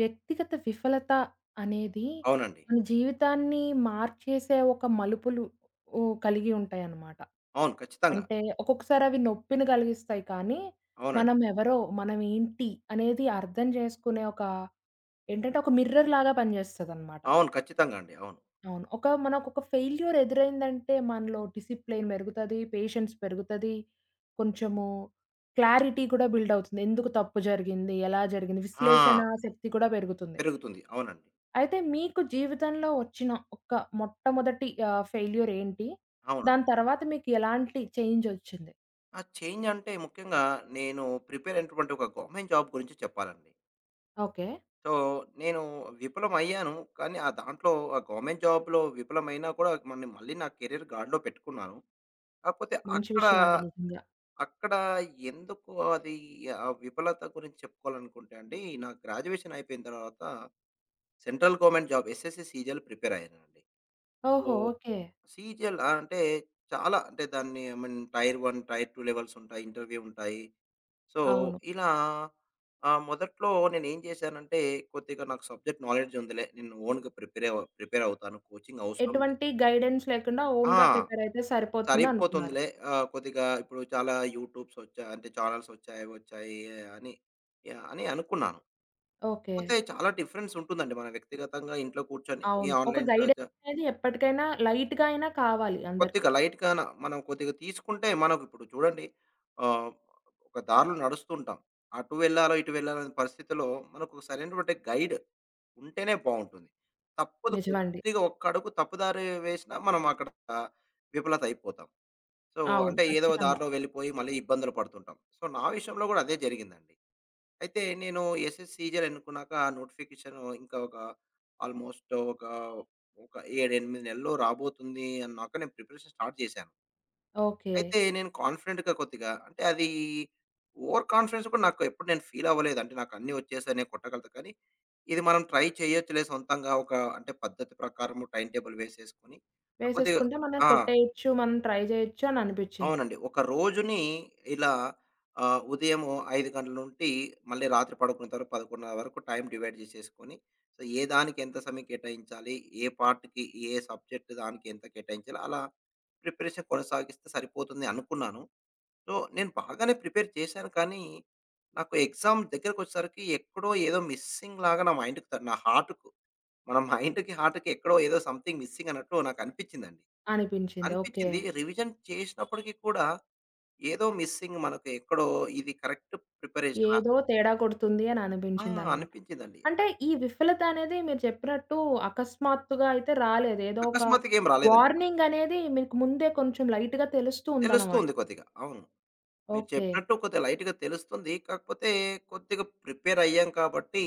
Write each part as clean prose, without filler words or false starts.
వ్యక్తిగత విఫలత అనేది అవునండి. మన జీవితాన్ని మార్చేసే ఒక మలుపులు ఓ కలిగి ఉంటాయన్నమాట. అవును, ఖచ్చితంగా. అంటే ఒక్కొక్కసారి అవి నొప్పిని కలిగిస్తాయి కానీ, అవునండి. మనం ఎవరో, మనం ఏంటి అనేది అర్థం చేసుకునే ఒక ఏంటంటే ఒక మిర్రర్ లాగా పనిచేస్తదన్నమాట. అవును, ఖచ్చితంగా అండి. అవును. అవును. ఒక మనకొక ఫెయిల్యూర్ ఎదురైందంటే మనలో డిసిప్లిన్ పెరుగుతది, పేషెన్స్ పెరుగుతది, కొంచెము క్లారిటీ కూడా బిల్డ్ అవుతుంది. ఎందుకు తప్పు జరిగింది? ఎలా జరిగింది? విశ్లేషణ ఆ! శక్తి కూడా పెరుగుతుంది. పెరుగుతుంది, అవునండి. అయితే మీకు జీవితంలో వచ్చిన ఒక మొట్టమొదటి ఫెయిల్యూర్ ఏంటి? అవును. దాని తర్వాత మీకు ఎలాంటి చేంజ్ ఒచ్చింది? ఆ చేంజ్ అంటే ముఖ్యంగా నేను ప్రిపేర్ అయినటువంటి ఒక గవర్నమెంట్ జాబ్ గురించి చెప్పాలండి. ఓకే. సో, నేను విఫలమయ్యాను. కానీ ఆ గవర్నమెంట్ జాబ్‌లో విఫలమైనా కూడా మన్ని మళ్ళీ నా కెరియర్ గాడిలో పెట్టుకున్నాను. కాకపోతే మంచి అక్కడ, విషయం అండి నిజంగా. అక్కడ ఎందుకు అది, ఆ విఫలత గురించి చెప్పుకోవాలనుకుంటే అండి, నా గ్రాడ్యుయేషన్ అయిపోయిన తర్వాత central government job SSC, CGL prepare అయ్యానండి. సో, ఓహో! ఓకే. సీజీఎల్ అంటే చాలా అంటే దాన్ని I mean tier 1, tier 2 levels ఉంటాయి. ఇంటర్వ్యూ ఉంటాయి. సో, అవును. ఇలా మొదట్లో నేనేం చేశానంటే కొద్దిగా నాకు సబ్జెక్ట్ నాలెడ్జ్ ఉందిలే. నేను ఓన్‌గా ప్రిపేర్ అవుతాను. కోచింగ్ అవసరం ఎటువంటి గైడెన్స్ లేకుండా ఆ! ఓన్‌గా ప్రిపేర్ అయితే సరిపోతుందనుకున్నారు. సరిపోతుందిలే. కొద్దిగా ఇప్పుడు చాలా యూట్యూబ్స్ వచ్చాయి. అంటే ఛానెల్స్ వచ్చాయి, అవి వచ్చాయి అని, అని అనుకున్నాను. ఓకే. కాకపోతే చాలా డిఫరెన్స్ ఉంటుందండి. మన వ్యక్తిగతంగా ఇంట్లో కూర్చొని ఈ అవును. ఒక ఆన్‌లైన్ గైడెన్స్ అనేది ఎప్పటికైనా లైట్‌గా అయినా కావాలి అందరికి. కొద్దిగా లైట్‌గాన మనం కొద్దిగా తీసుకుంటే మనకిప్పుడు చూడండి, ఆహ్, ఒక దారిలో నడుస్తుంటాం. అటు వెళ్ళాలో, ఇటు వెళ్ళాలో అనే పరిస్థితిలో మనకు సరైనటువంటి గైడ్ ఉంటేనే బావుంటుంది. తప్పదు, నిజమండి. కొద్దిగా ఒక్క అడుగు తప్పుదారి వేసినా మనం అక్కడ విఫలత అయిపోతాం. సో, అవును. అంటే ఏదో ఖచ్చితంగా. దారిలో వెళ్ళిపోయి మళ్ళీ ఇబ్బందులు పడుతుంటాం. సో, నా విషయంలో కూడా అదే జరిగిందండి. అయితే నేను ఎస్ఎస్ సీజర్ ఎన్నుకున్నాక నోటిఫికేషన్ ఇంకా ఒక ఆల్మోస్ట్ ఒక ఒక 7, 8 నెలల్లో రాబోతుంది అన్నాక నేను ప్రిపరేషన్ స్టార్ట్ చేశాను. ఓకే. అయితే నేను కాన్ఫిడెంట్‌గా కొద్దిగా, అంటే అది ఓవర్ కాన్ఫిడెన్స్ కూడా నాకు ఎప్పుడు నేను ఫీల్ అవ్వలేదు. అంటే నాకు అన్నీ వచ్చేసాయి, నేను కొట్టగలత కానీ ఇది మనం ట్రై చేయొచ్చులే సొంతంగా, ఒక అంటే పద్ధతి ప్రకారం టైమ్ టేబుల్ వేసేసుకొని, కొద్దిగా. వేసేసుకుంటే మనం ఆ! కొట్టేయొచ్చు, మనం ట్రై జేయొచ్చు అని అనిపిచ్చింది. అవునండి. ఒక రోజుని ఇలా ఉదయము 5 గంటల నుండి మళ్ళీ రాత్రి పడుకున్న తర్వాత 11:30 వరకు టైం డివైడ్ చేసేసుకొని, సో, ఏ దానికి ఎంత సమయం కేటాయించాలి? ఏ పార్ట్‌కి, ఏ సబ్జెక్ట్ దానికి ఎంత కేటాయించాలి? అలా ప్రిపరేషన్ కొనసాగిస్తే సరిపోతుంది అనుకున్నాను. సో, నేను బాగానే ప్రిపేర్ చేశాను. కానీ నాకు ఎగ్జామ్ దగ్గరకొచ్చేసరికి ఎక్కడో ఏదో మిస్సింగ్ లాగా నా హార్ట్‌కు, మన మైండ్‌కి, హార్ట్‌కి ఎక్కడో ఏదో సంథింగ్ మిస్సింగ్ అన్నట్టు నాకు అనిపించిందండి. అనిపించింది. ఓకే. అనిపించింది. రివిజన్ చేసినప్పటికి కూడా ఏదో మిస్సింగ్ మనకు ఎక్కడో, ఇది కరెక్ట్ ప్రిపరేషనా? ఏదో తేడా కొడుతుంది అని ఆ! అనిపించిందనమాట. అనిపించిందండి. అంటే ఈ విఫలత అనేది మీరు చెప్పినట్టు అకస్మాత్తుగా అయితే రాలేదు. ఏదో ఒక అకస్మాత్తుగా ఏం రాలేదండి. వార్నింగ్ అనేది మీకు ముందే కొంచెం లైట్‌గా తెలుస్తూ ఉందనమాట. తెలుస్తుంది కొద్దిగా, అవును. మీరు ఓకే. చెప్పినట్టు కొద్దిగా లైట్‌గా తెలుస్తుంది. కాకపోతే కొద్దిగా ప్రిపేర్ అయ్యాం కాబట్టి,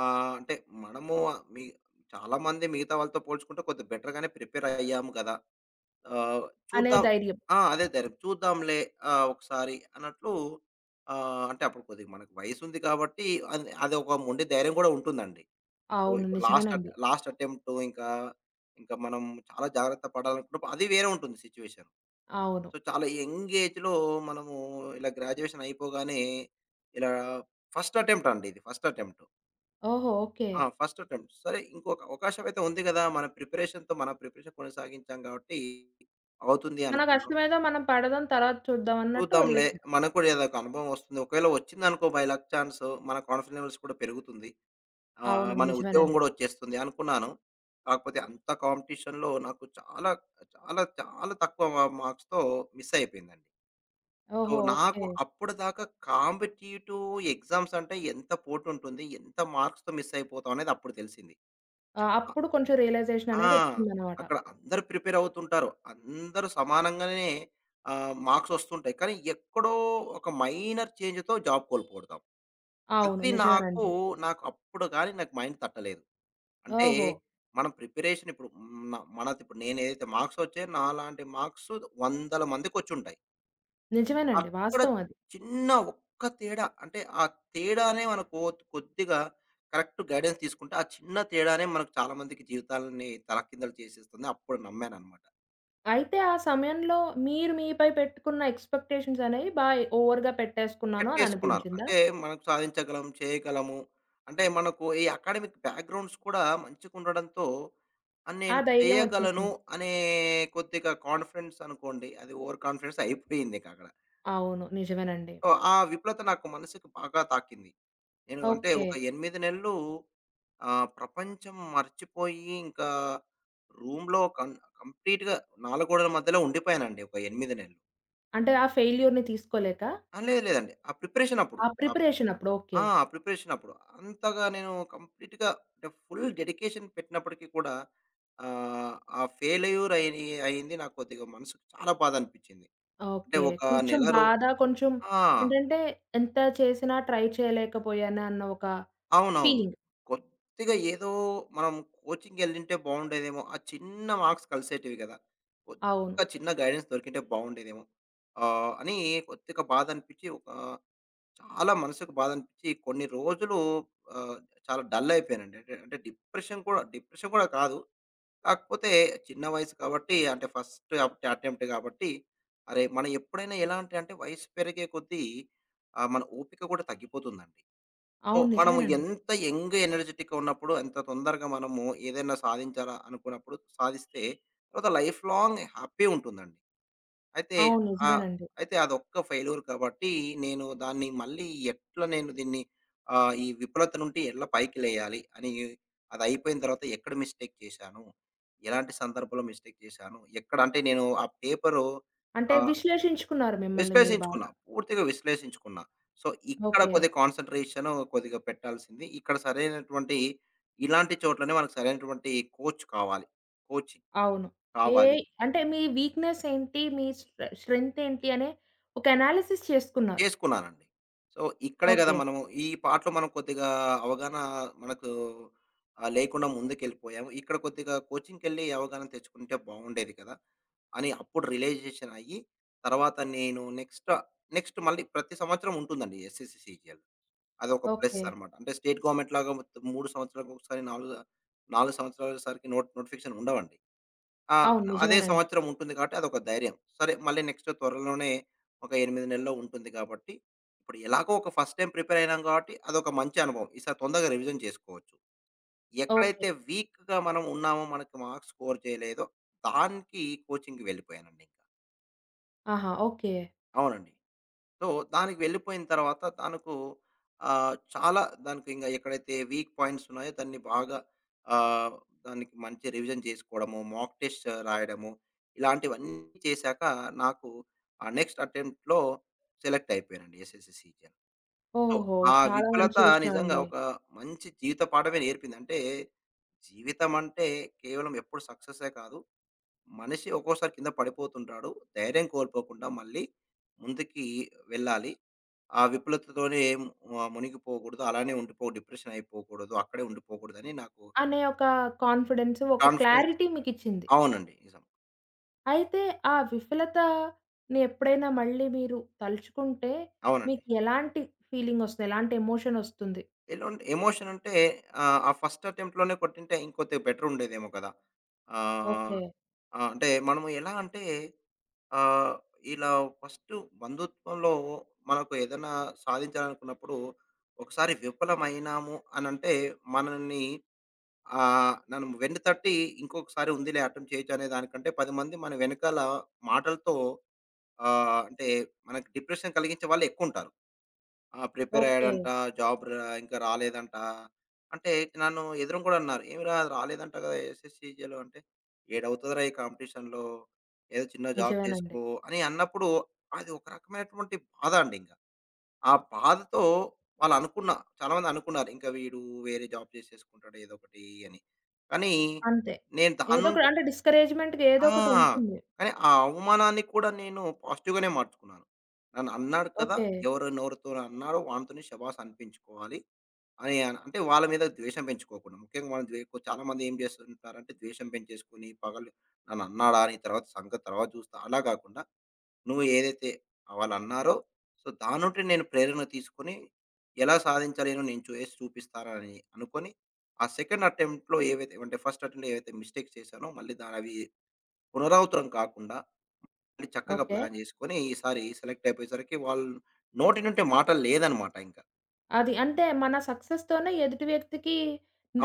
అంటే మనము, మీ చాలామంది మిగతా వాళ్ళతో పోల్చుకుంటే కొద్దిగా బెటర్‌గానే ప్రిపేర్ అయ్యాము కదా! ఆహ్, అనే చూద్దాం. ధైర్యం. ఆ! అదే ధైర్యం. చూద్దాంలే, ఒకసారి అన్నట్లు, అంటే అప్పుడు కొద్దిగా మనకు వయసుంది కాబట్టి అది అదొక మొండి ధైర్యం కూడా ఉంటుందండి. సో, అవును. ఇప్పుడు నిజమేనండి. లాస్ట్ అటెంప్ట్ ఇంకా, ఇంకా మనం చాలా జాగ్రత్త పడాలనుకున్నప్పుడు అది వేరే ఉంటుంది సిట్యుయేషన్. అవును. సో, చాలా యంగ్ ఏజ్‌లో మనము ఇలా గ్రాడ్యుయేషన్ అయిపోగానే ఇలా ఫస్ట్ అటెంప్ట్ అండి ఇది. First attempt. ఓహో! ఓకే. ఆ! First attempt. సరే ఇంకొక అవకాశం అయితే ఉంది గదా! మన ప్రిపరేషన్ కొనసాగించాం కాబట్టి అవుతుంది మన అనుకున్నాం. కష్టమేదో మనం పడదాం తర్వాత చూద్దాం అన్నట్టు చూద్దాంలే, వదిలేసారు. మనకు కూడా ఏదో ఒక అనుభవం వస్తుంది. ఒకవేళ వచ్చిందనుకో, బై లక్ చాన్స్ మన కాన్ఫిడెన్స్ లెవెల్స్ కూడా పెరుగుతుంది. అవును. మన ఉద్యోగం నిజమేనండి. గూడా వచ్చేస్తుంది అనుకున్నాను. కాకపోతే అంత కాంపిటీషన్‌లో నాకు చాలా, చాలా, చాలా తక్కువ మా మార్క్స్‌తో మిస్ అయిపోయిందండి. సో, ఓహో! ఓకే. నాకు అప్పటిదాకా కాంపిటీటివ్ ఎగ్జామ్స్ అంటే ఎంత పోటుంటుంది, ఎంత మార్క్స్‌తో మిస్ అయిపోతాం అనేది అప్పుడు తెలిసింది. ఆ! అ అప్పుడు కొంచెం రియలైజేషన్ ఆ! అనేది వచ్చిందనమాట. అక్కడ అందరూ ప్రిపేర్ అవుతుంటారు. అందరూ సమానంగానే మార్క్స్ వస్తుంటాయి. కానీ ఎక్కడో ఒక మైనర్ చేంజ్‌తో జాబ్ కోల్పోతాం. అవును. అది నాకు, నిజమేనండి. అప్పుడు గాని నాకు మైండ్ తట్టలేదు. అంటే ఓహో! మనం ప్రిపరేషన్ ఇప్పుడు, మనదిప్పుడు, నేనేదైతే మార్క్స్ వచ్చాయో, నాలాంటి మార్క్స్ వందల మందికొచ్చుంటాయి. నిజమేనండి. అక్కడ వాస్తవం అది. చిన్న ఒక్క తేడా, అంటే ఆ తేడానే మనకు కొద్దిగా కరెక్ట్ గైడెన్స్ తీసుకుంటే, ఆ చిన్న తేడానే మనకు చాలా మందికి జీవితాలని తలకిందలు చేసేస్తుంది. అప్పుడు నమ్మాననమాట. అయితే ఆ సమయంలో మీరు మీపై పెట్టుకున్న ఎక్స్‌పెక్టేషన్స్ అనేవి ఓవర్‌గా పెట్టేసుకున్నాను అని పెట్టేసుకున్నారు. అనిపించిందా? అంటే మనం సాధించగలం, చేయగలము. అంటే మనకు ఈ అకాడమిక్ బ్యాక్‌గ్రౌండ్స్ కూడా మంచిగుండడంతో ఆ నేను ధైర్యం చేయగలను వచ్చేసింది. అనే కొద్దిగా కాన్ఫిడెన్స్ అనుకోండి. అది ఓవర్ కాన్ఫిడెన్స్ అయిపోయింది ఇంకక్కడ. అవును. నిజమేనండి. సో, ఆ విఫలత నాకు మనసుకి బాగా తాకింది. నేను అంటే ఓకే. ఒక 8 నెలలు ప్రపంచం మర్చిపోయి ఇంకా రూమ్‌లో కంప్లీట్‌గా నాలుగు గోడల మధ్యలో ఉండిపోయానండి ఒక 8 నెలలు. అంటే ఆ ఫెయిల్యూర్‌ని తీసుకోలేక? ఆ! లేదు లేదండి, ఆ ప్రిపరేషన్ అప్పుడు. ఆ ప్రిపరేషన్ అప్పుడు. ఆ! ఓకే. ప్రిపరేషన్ అప్పుడు. అంతగా నేను కంప్లీట్‌గా అంటే ఫుల్ డెడికేషన్ పెట్టినప్పటికి కూడా, ఆ ఫెయిల్యూర్ అయి అయింది నాకు కొద్దిగా, మనసుకు చాలా బాధ అనిపించింది. అంటే ఓకే. ఒక కొంచెం నెల బాధ, కొంచెం ఆ! ఏంటంటే ఎంత చేసినా ట్రై చేయలేకపోయాను అన్న ఒక అవునవును. ఫీలింగ్. కొద్దిగా ఏదో మనం కోచింగ్‌కెళ్ళుంటే బాగుండేదేమో. ఆ చిన్న మార్క్స్ కలిసేటివి కదా! అవును. కొద్దిగా చిన్న గైడెన్స్ దొరికింటే బాగుండేదేమో. అని కొద్దిగా బాధ అనిపించి, చాలా మనసుకు బాధ అనిపించి కొన్ని రోజులు ఆహ్, చాలా డల్ అయిపోయానండి. అంటే అంటే డిప్రెషన్ కూడా కాదు. కాకపోతే చిన్న వయసు కాబట్టి, అంటే ఫస్ట్ అప్ అటెంప్ట్ కాబట్టి అరే! మనం ఎప్పుడైనా ఎలాంటి, అంటే వయసు పెరిగే కొద్దీ మన ఓపిక కూడా తగ్గిపోతుందండి. సో, అవును. మనము నిజమేనండి. ఎంత యంగ్ ఎనర్జిటిక్‌గా ఉన్నప్పుడు, ఎంత తొందరగా మనము ఏదైనా సాధించాలా అనుకున్నప్పుడు సాధిస్తే తర్వాత లైఫ్ లాంగ్ హ్యాపీ ఉంటుందండి. అయితే అవును. ఆహ్, నిజమేనండి. అయితే అదొక్క ఫెయిల్యూర్ కాబట్టి, నేను దాన్ని మళ్ళీ ఎట్లా నేను దీన్ని, ఈ విఫలత నుండి ఎట్లా పైకి లేయాలి అని, అదయిపోయిన తర్వాత ఎక్కడ మిస్టేక్ చేశాను? ఎలాంటి సందర్భంలో మిస్టేక్ చేశాను? ఎక్కడ అంటే నేను ఆ పేపరు అంటే ఆహ్, విశ్లేషించుకున్నారు మిమ్మల్ని మీరు బాగా. విశ్లేషించుకున్నా. పూర్తిగా విశ్లేషించుకున్నా. సో, ఇక్కడ ఓకే. కొద్దిగా కాన్సంట్రేషను కొద్దిగా పెట్టాల్సింది. ఇక్కడ సరైనటువంటి, ఇలాంటి చోట్లనే మనకు సరైనటువంటి కోచ్ కావాలి. కోచింగ్ అవును. ఏ కావాలి. అంటే మీ వీక్‌నెస్ ఏంటి? మీ స్ట్రెంగ్త్ ఏంటి? అనే ఒక అనాలిసిస్ చేసుకున్నారు. చేసుకున్నానండి. సో, ఇక్కడే గదా! ఓకే. మనము ఈ పాటలో మనం కొద్దిగా అవగాహన మనకు లేకుండా ముందుకెళ్ళిపోయాము. ఇక్కడ కొద్దిగా కోచింగ్‌కెళ్ళి అవగాహన తెచ్చుకుంటే బాగుండేది కదా! అని అప్పుడు రియలైజేషన్ అయ్యి, తర్వాత నెక్స్ట్ మళ్ళీ ప్రతి సంవత్సరం ఉంటుందండి ఎస్ఎస్‌సి, సీజీఎల్. అదొక ప్లస్ ఓకే. అనమాట. అంటే స్టేట్ గవర్నమెంట్ లాగా మొత్తం 3 సంవత్సరాలకొకసారి, 4 సంవత్సరాలకొకసారికి నోటిఫికేషన్ ఉండవండి. ఆ! అవును. అదే నిజమేనండి. సంవత్సరం ఉంటుంది కాబట్టి అదొక ధైర్యం. సరే మళ్ళీ నెక్స్ట్ త్వరలోనే ఒక 8 నెలల్లో ఉంటుంది కాబట్టి, ఇప్పుడు ఎలాగో ఒక ఫస్ట్ టైమ్ ప్రిపేర్ అయినాం కాబట్టి అదొక మంచి అనుభవం. ఈసారి తొందరగా రివిజన్ చేసుకోవచ్చు. ఓకే. ఎక్కడైతే వీక్‌గా మనం ఉన్నామో, మనకు మార్క్స్ స్కోర్ చేయలేదో దానికి కోచింగ్‌కి వెళ్ళిపోయానండి ఇంకా. ఆహా! ఓకే. అవునండి. సో, దానికి వెళ్ళిపోయిన తర్వాత తనకు చాలా దానికి ఇంగ ఎక్కడైతే వీక్ పాయింట్స్ ఉన్నాయో దాన్ని బాగా ఆహ్, దానికి మంచి రివిజన్ చేసుకోవడము, మాక్ టెస్ట్ రాయడము, ఇలాంటివన్నీ చేశాక నాకు ఆ నెక్స్ట్ అటెంప్ట్‌లో సెలెక్ట్ అయిపోయానండి ఎస్ఎస్‌సి సీజన్. సో, ఓహో! ఆ చాలా విఫలత మంచి విషయం నిజంగా అండి. ఒక మంచి జీవిత పాఠమే నేర్పింది. అంటే జీవితం అంటే కేవలం ఎప్పుడు సక్సెసే కాదు. మనిషి ఒక్కోసారి కింద పడిపోతుంటాడు. ధైర్యం కోల్పోకుండా మళ్ళీ ముందుకి వెళ్ళాలి. ఆ విఫలతతోనే మునిగిపోకూడదు. అలానే డిప్రెషన్ అయిపోకూడదు. అక్కడే ఉండిపోకూడదని నాకు అనే ఒక కాన్ఫిడెన్స్, ఒక కాన్ఫిడెన్స్. క్లారిటీ మీకిచ్చింది. అవునండి. నిజం. అయితే ఆ విఫలతని ఎప్పుడైనా మళ్ళీ మీరు తలుచుకుంటే అవునండి. మీకు ఎలాంటి ఫీలింగ్ ఒస్తుంది? ఎలాంటి ఎమోషన్ ఒస్తుంది? ఎలాంటి ఎమోషన్ అంటే, ఆ ఫస్ట్ అటెంప్ట్‌లోనే కొట్టింటే ఇంకొద్దిగా బెటర్ ఉండేదేమో కదా! ఆహ్, ఓకే. ఆ! అంటే మనము ఎలా అంటే, ఆహ్, ఇలా ఫస్ట్ బంధుత్వంలో మనకు ఏదైనా సాధించాలనుకున్నప్పుడు ఒకసారి విఫలమైనాము అనంటే, మనల్ని, నన్ను వెన్నుతట్టి ఇంకొకసారి ఉందిలే అటెంప్ట్ చేయొచ్చు అనే దానికంటే 10 మంది మన వెనకాల మాటలతో, అంటే మనకు డిప్రెషన్ కలిగించే వాళ్ళు ఎక్కువుంటారు. ఆ! Prepare okay. అయ్యాడంట, జాబ్ రా ఇంకా రాలేదంట. అంటే నన్ను ఎదురుంగూడా అన్నారు. "ఏమిరా రాలేదంట కదా! ఎస్ఎస్‌సీ, జేలో" అంటే, "ఏడవుతదిరా ఈ కాంపిటీషన్‌లో ఏదో చిన్న జాబ్ నిజమేనండి. చేసుకో" అని అన్నప్పుడు అది ఒక రకమైనటువంటి బాధ అండింక. ఆ బాధతో వాళ్ళనుకున్న చాలామంది అనుకున్నారు, ఇంక వీడు వేరే జాబ్ చేసేసుకుంటాడు ఏదోకటి అని. కానీ అంతే. నేను దాని ఏదో ఒక నుండి. అంటే డిస్కరేజ్‌మెంట్‌గా ఏదో ఆ! ఒకటుంటుంది. కానీ ఆ అవమానాన్ని కూడా నేను పాజిటివ్‌గానే మార్చుకున్నాను. నన్ను అన్నాడు కదా! ఓకే. ఎవరు నోరుతో అన్నాడో వానితోనే శబాష్ అనిపించుకోవాలి అని, అంటే వాళ్ళ మీద ద్వేషం పెంచుకోకుండా. ముఖ్యంగా మనం చాలామంది ఏం చేస్తుంటారంటే ద్వేషం పెంచేసుకొని, పగలు నన్ను అన్నాడా అని, తర్వాత సంగతి తర్వాత చూస్తా, అలా కాకుండా నువ్వు ఏదైతే వాళ్ళన్నారో, సో, దాన్నుండి నేను ప్రేరణ తీసుకొని, ఎలా సాధించలేనో నేను చేసి చూపిస్తానని అనుకోని, ఆ సెకండ్ అటెంప్ట్‌లో ఏవైతే అంటే, ఫస్ట్ అటెంప్ట్‌లో ఏవైతే మిస్టేక్స్ చేశానో, మళ్ళీ అవి పునరావృతం కాకుండా, మళ్ళీ చక్కగా ఓకే. ప్లాన్ జేసుకొని, ఈసారి సెలెక్ట్ అయిపోయేసరికి వాళ్ళు నోటి నుండి మాట లేదనమాట ఇంక. అది అంటే మన సక్సెస్‌తోనే ఎదుటి వ్యక్తికి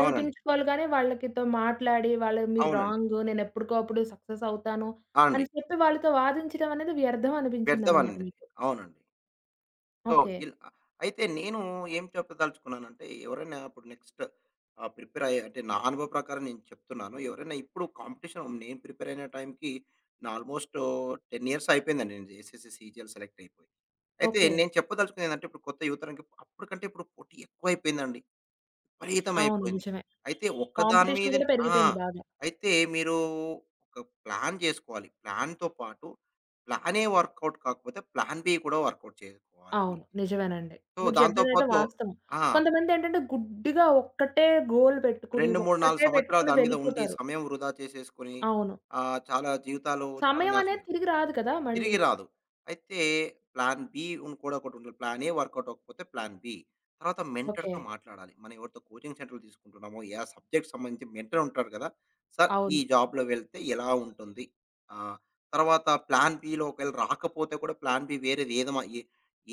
అవునండి. గానీ, వాళ్ళకితో మాట్లాడి వాళ్ళు మీరు అవునండి. రాంగు, నేనెప్పటికో అప్పుడు సక్సెస్ అవుతాను ఆ! అండి. అని చెప్పి వాళ్ళతో వాదించడం అనేది వ్యర్థం అనిపించిందనమాట పెద్దవాడిని. మీకు. అవునండి. So, okay. ఇల్ అ అయితే నేను ఏం చెప్పదలుచుకున్నానంటే, ఎవరైనా ఇప్పుడు నెక్స్ట్ ప్రిపేర్ అయ్యే, అంటే నా అనుభవ ప్రకారం నేను చెప్తున్నాను. ఎవరైనా ఇప్పుడు కాంపిటీషన్, నేను ప్రిపేర్ అయిన టైంకి నా ఆల్మోస్ట్ 10 ఇయర్స్ అయిపోయిందండి, నేను జేసేసి సీజీఎల్ సెలెక్ట్ అయిపోయి. అయితే ఓకే. నేను చెప్పదలుచుకున్నది ఏందంటే, ఇప్పుడు కొత్త యువతరానికి అప్పటికంటే ఇప్పుడు పోటీ ఎక్కువైపోయిందండి. అవును. విపరీతమైపోయింది. నిజమే. అయితే ఒక్కదాని కాంపిటీషన్ కూడా మీదనే. ఆ! పెరిగిపోయింది బాగా. అయితే మీరు ఒక ప్లాన్ జేసుకోవాలి. ప్లాన్‌తో పాటు ప్లాన్ ఏ వర్కౌట్ కాకపోతే ప్లాన్ బి కూడా వర్కౌట్ చేసుకోవాలి. అవును. నిజమేనండి. సో, మీరు దాంతో చెప్పిందైతే పాటు. వాస్తవం. ఆ! కొంతమందేంటంటే గుడ్డిగా ఒక్కటే గోల్ పెట్టుకుని, 2, 3, 4 ఒక్కటే సంవత్సరాలు పెట్టుకుని దాని మీద ఉండి, వెళ్ళిపోతారు. సమయం వృధా చేసేసుకొని, అవును. చాలా జీవితాలు చాలా సమయం నాశనం అనేది చే తిరిగి రాదు కదా! మళ్ళీ. తిరిగి రాదు. అయితే ప్లాన్ బి ఉన్ కూడా ఒకటుంటుంది. ప్లాన్ ఏ వర్కౌట్ అవ్వకపోతే ప్లాన్ బి. తర్వాత ఓకే. మెంటర్‌తో మాట్లాడాలి. మనం ఎవరితో కోచింగ్ సెంటర్‌లు తీసుకుంటున్నామో, ఏ సబ్జెక్ట్ సంబంధించి మెంటర్ ఉంటారు కదా! సార్, ఈ అవును. జాబ్‌లో వెళ్తే ఎలా ఉంటుంది? ఆహ్, తర్వాత ప్లాన్ బిలో ఒకవేళ రాకపోతే కూడా ప్లాన్ బి వేరేది ఏదమ ఏ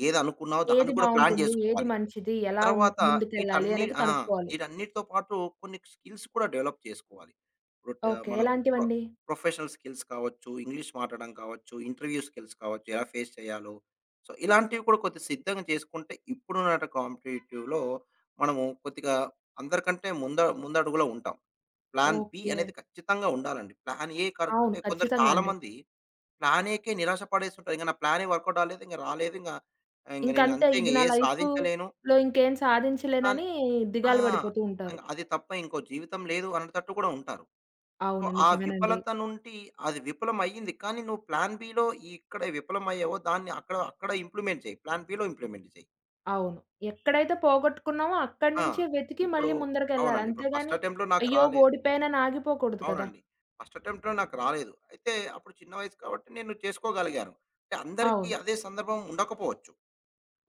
ఏదనుకున్నావో దాన్ని ఏది కూడా ప్లాన్ బావుంటుంది? ఏది చేసుకోవాలి. మంచిది? ఎలా తర్వాత ముందుకెళ్ళాలి అనేది ఆ! కనుక్కోవాలి. వీటన్నిటితో పాటు కొన్ని స్కిల్స్ కూడా డెవలప్ చేసుకోవాలి. ఇప్పుడు ట ఓకే. మనకు ఎలాంటివండి? ప్రొఫెషనల్ స్కిల్స్ కావచ్చు, ఇంగ్లీష్ మాట్లాడడం కావచ్చు, ఇంటర్వ్యూ స్కిల్స్ కావచ్చు, ఎలా ఫేస్ చేయాలో. సో, ఇలాంటివి కూడా కొద్దిగా సిద్ధంగా చేసుకుంటే ఇప్పుడున్న కాంపిటేటివ్‌లో మనము కొద్దిగా అందరికంటే ముందడుగులో ఉంటాం. Plan B okay. అనేది ఖచ్చితంగా ఉండాలండి. ప్లాన్ ఏ కర్ అవును. అంటే కొందరు ఖచ్చితంగా అండి. చాలామంది ప్లాన్ ఏకే నిరాశ పడేస్తుంటారు. ఇంక నా ప్లాన్ ఏ వర్కౌట్ అవ్వలేదు. ఇంక రాలేదు. ఇంక ఇంక నేను ఇంకంతే అంతే, ఇంక ఇది నా ఏది సాధించలేను. లైఫ్‌లో ఇంకేం సాధించలేనని ఆ! దిగాలు పడిపోతూ ఉంటారు. అది తప్ప ఇంకో జీవితం లేదు అనేటట్టు కూడా ఉంటారు. సో, అవును. ఆ నిజమేనండి. విఫలత నుండి, అది విఫలం అయ్యింది, కానీ నువ్వు ప్లాన్ బిలో ఇక్కడ విఫలమయ్యావో దాన్ని అక్కడ అక్కడ ఇంప్లిమెంట్ చెయి. ప్లాన్ బిలో ఇంప్లిమెంట్ చెయి. అవును. ఎక్కడైతే పోగొట్టుకున్నామో అక్కడి ఆ! నుంచే వెతికి ఇప్పుడు, మళ్ళీ ముందరకెళ్ళాలి. అవునండి. ఇప్పుడు ఫస్ట్ అంతేగాని అటెంప్ట్‌లో నాకు అయ్యో! రాలేదు. ఓడిపోయానని ఆగిపోకూడదు కదా! అవునండి. ఫస్ట్ అటెంప్ట్‌లో నాకు రాలేదు. అయితే అప్పుడు చిన్న వయసు కాబట్టి నేను చేసుకోగలిగాను. అంటే అందరికీ అవును. అదే సందర్భం ఉండకపోవచ్చు.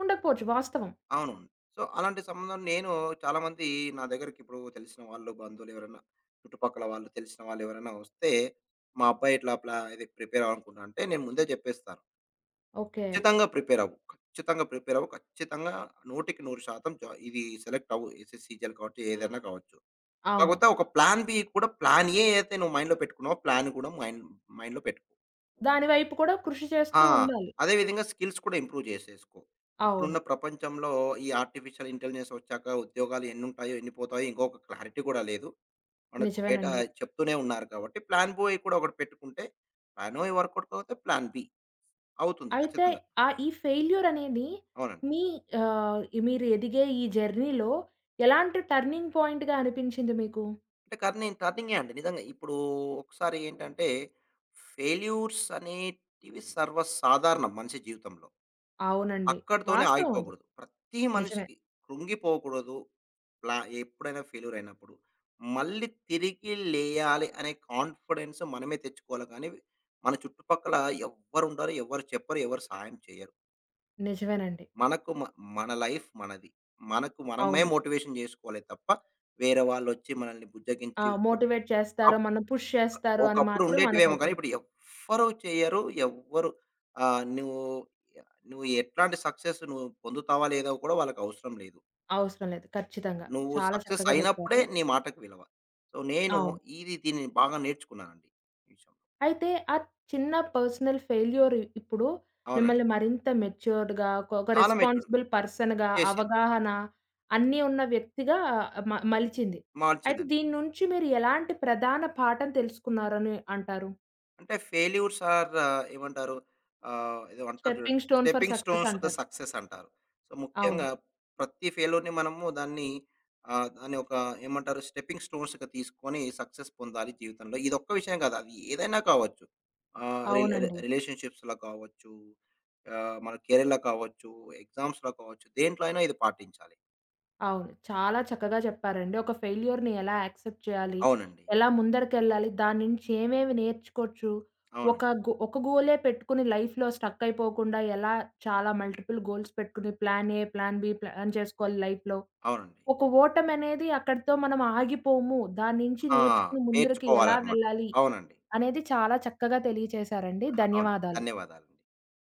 ఉండకపోవచ్చు వాస్తవం. అవును. సో, అలాంటి సంబంధం నేను, చాలామంది నా దగ్గరికి ఇప్పుడు తెలిసిన వాళ్ళు, బంధువులు ఎవరైనా చుట్టుపక్కల వాళ్ళు, తెలిసిన వాళ్ళు ఎవరైనా వస్తే, మా అబ్బాయి ఇట్లా ఇది ప్రిపేర్ అవ్వాలనుకుంటున్నా అంటే, నేను ముందే చెప్పేస్తాను. ఓకే. ఖచ్చితంగా ప్రిపేర్ అవ్వు. ఖచ్చితంగా ప్రిపేర్ అవ్వు. ఖచ్చితంగా 100% ఇది సెలెక్ట్ అవ్వు. ఎస్ఎస్‌సీ, సీజీఎల్ కావచ్చు, ఏదైనా కావచ్చు. అవును. కాకపోతే ఒక ప్లాన్ బి కూడా, ప్లాన్ ఏ అయితే నువ్వు మైండ్‌లో పెట్టుకున్నావో, ప్లాన్ కూడా మైండ్‌లో పెట్టుకో. దాని వైపు కూడా కృషి ఆ! చేస్తూ ఉండాలి. అదే విధంగా స్కిల్స్ కూడా ఇంప్రూవ్ చేసేసుకో. అవును. ఇప్పుడున్న ప్రపంచంలో ఈ ఆర్టిఫిషియల్ ఇంటెలిజెన్స్ వచ్చాక ఉద్యోగాలు ఎన్నుంటాయో, ఎన్ని పోతాయో ఇంకొక క్లారిటీ కూడా లేదు. మనకు బయట నిజమేనండి. చెప్తూనే ఉన్నారు కాబట్టి, ప్లాన్ బి కూడా ఒకటి పెట్టుకుంటే, ప్లాన్ ఏ వర్కౌట్ కాకపోతే ప్లాన్ బి అవుతుంది అయితే ఖచ్చితంగా. ఈ ఫెయిల్యూర్ అనేది అవునండి. మీ ఆహ్, మీరు ఎదిగే ఈ జర్నీలో ఎలాంటి టర్నింగ్ పాయింట్‌గా అనిపించింది మీకు? అంటే కర్నింగ్ టర్నింగే అండి నిజంగా. ఇప్పుడు ఒకసారి ఏంటంటే, ఫెయిల్యూర్స్ అనేటివి సర్వసాధారణం మనిషి జీవితంలో. అవునండి. అక్కడితోనే వాస్తవం అది. ఆగిపోకూడదు. ప్రతి నిజమే. మనిషికి కృంగిపోకూడదు. ప్లా ఎప్పుడైనా ఫెయిల్యూర్ అయినప్పుడు మళ్ళీ తిరిగి లేయాలి అనే కాన్ఫిడెన్స్ మనమే తెచ్చుకోవాలి కానీ, మన చుట్టుపక్కల ఎవ్వరుండరు, ఎవ్వరు చెప్పరు, ఎవరు సహాయం చేయరు. నిజమేనండి. మనకు మ మన లైఫ్ మనది. మనకు మనమే అవును. మోటివేషన్ జేసుకోవాలే తప్ప, వేరే వాళ్ళొచ్చి మనల్ని ఆ! బుజ్జగించి, మోటివేట్ చేస్తారో, అప్ మనం పుష్ ఒక చేస్తారో అని ఒకప్పుడు మాత్రం ఉండేటివేమో కానీ, అనుకోకూడదు. ఇప్పుడు ఎవ్వరు చేయరు. ఎవ్వరు నువ్వు నువ్వు ఎట్లాంటి సక్సెస్ నువ్వు పొందుతావా లేదా కూడా వాళ్ళకవసరం లేదు. అవసరం లేదు. ఖచ్చితంగా. నువ్వు చాలా సక్సెస్ చక్కగా అయినప్పుడే చెప్పారు. నీ మాటకు విలువ. సో, నేను అవును. దీన్ని బాగా నేర్చుకున్నానండి ఈ విషయంలో. అయితే ఆ చిన్న పర్సనల్ ఫెయిల్యూర్ ఇప్పుడు అవునండి. మిమ్మల్ని మరింత మెచ్యూర్డ్‌గా ఒక ఒక చాలా మెచ్యూర్డ్ రెస్పాన్సిబుల్ పర్సన్‌గా, చేసింది. అవగాహన అన్నీ ఉన్న వ్యక్తిగా మలిచింది. అయితే మార్చిందండి. దీని నుంచి మీరు ఎలాంటి ప్రధాన పాఠం తెలుసుకున్నారని అంటారు? అంటే ఫెయిల్యూర్స్ ఆర్, ఏమంటారు? ఏదో అంటారు చూడండి, stepping stone for stepping success stones to the అంటారు. సక్సెస్ అంటారు. సో, ముఖ్యంగా అవును. ప్రతి ఫెయిల్యూర్‌ని మనము దాన్ని, దాన్ని ఒక ఏమంటారు, స్టెప్పింగ్ స్టోన్స్‌గా తీసుకొని సక్సెస్ పొందాలి జీవితంలో. ఇదొక్క విషయం కాదు. అది ఏదైనా కావచ్చు. రి రి అవునండి. రిలేషన్‌షిప్స్‌లో కావచ్చు, మన కెరీర్‌లో కావచ్చు, ఎగ్జామ్స్‌లో కావచ్చు, దేంట్లో అయినా ఇది పాటించాలి. అవును. చాలా చక్కగా చెప్పారండి. ఒక ఫెయిల్యూర్‌ని ఎలా యాక్సెప్ట్ చేయాలి? అవునండి. ఎలా ముందరికెళ్ళాలి? దాని నుంచి ఏమేమి నేర్చుకోవచ్చు? ఒక అవునండి. గో ఒక గోలే పెట్టుకొని లైఫ్‌లో స్టక్ అయిపోకుండా ఎలా చాలా మల్టిపుల్ గోల్స్ పెట్టుకుని plan A, plan B, plan చేసుకోవాలి లైఫ్‌లో. అవునండి. ఒక ఓటమనేది అక్కడితో మనం ఆగిపోము. దాని నుంచి ఆ! నేర్చుకుని ముందరికి ఎలా నేర్చుకోవాలన్నమాట. వెళ్ళాలి? అవునండి. అనేది చాలా చక్కగా తెలియచేశారండి. అవును. ధన్యవాదాలు. ధన్యవాదాలండి.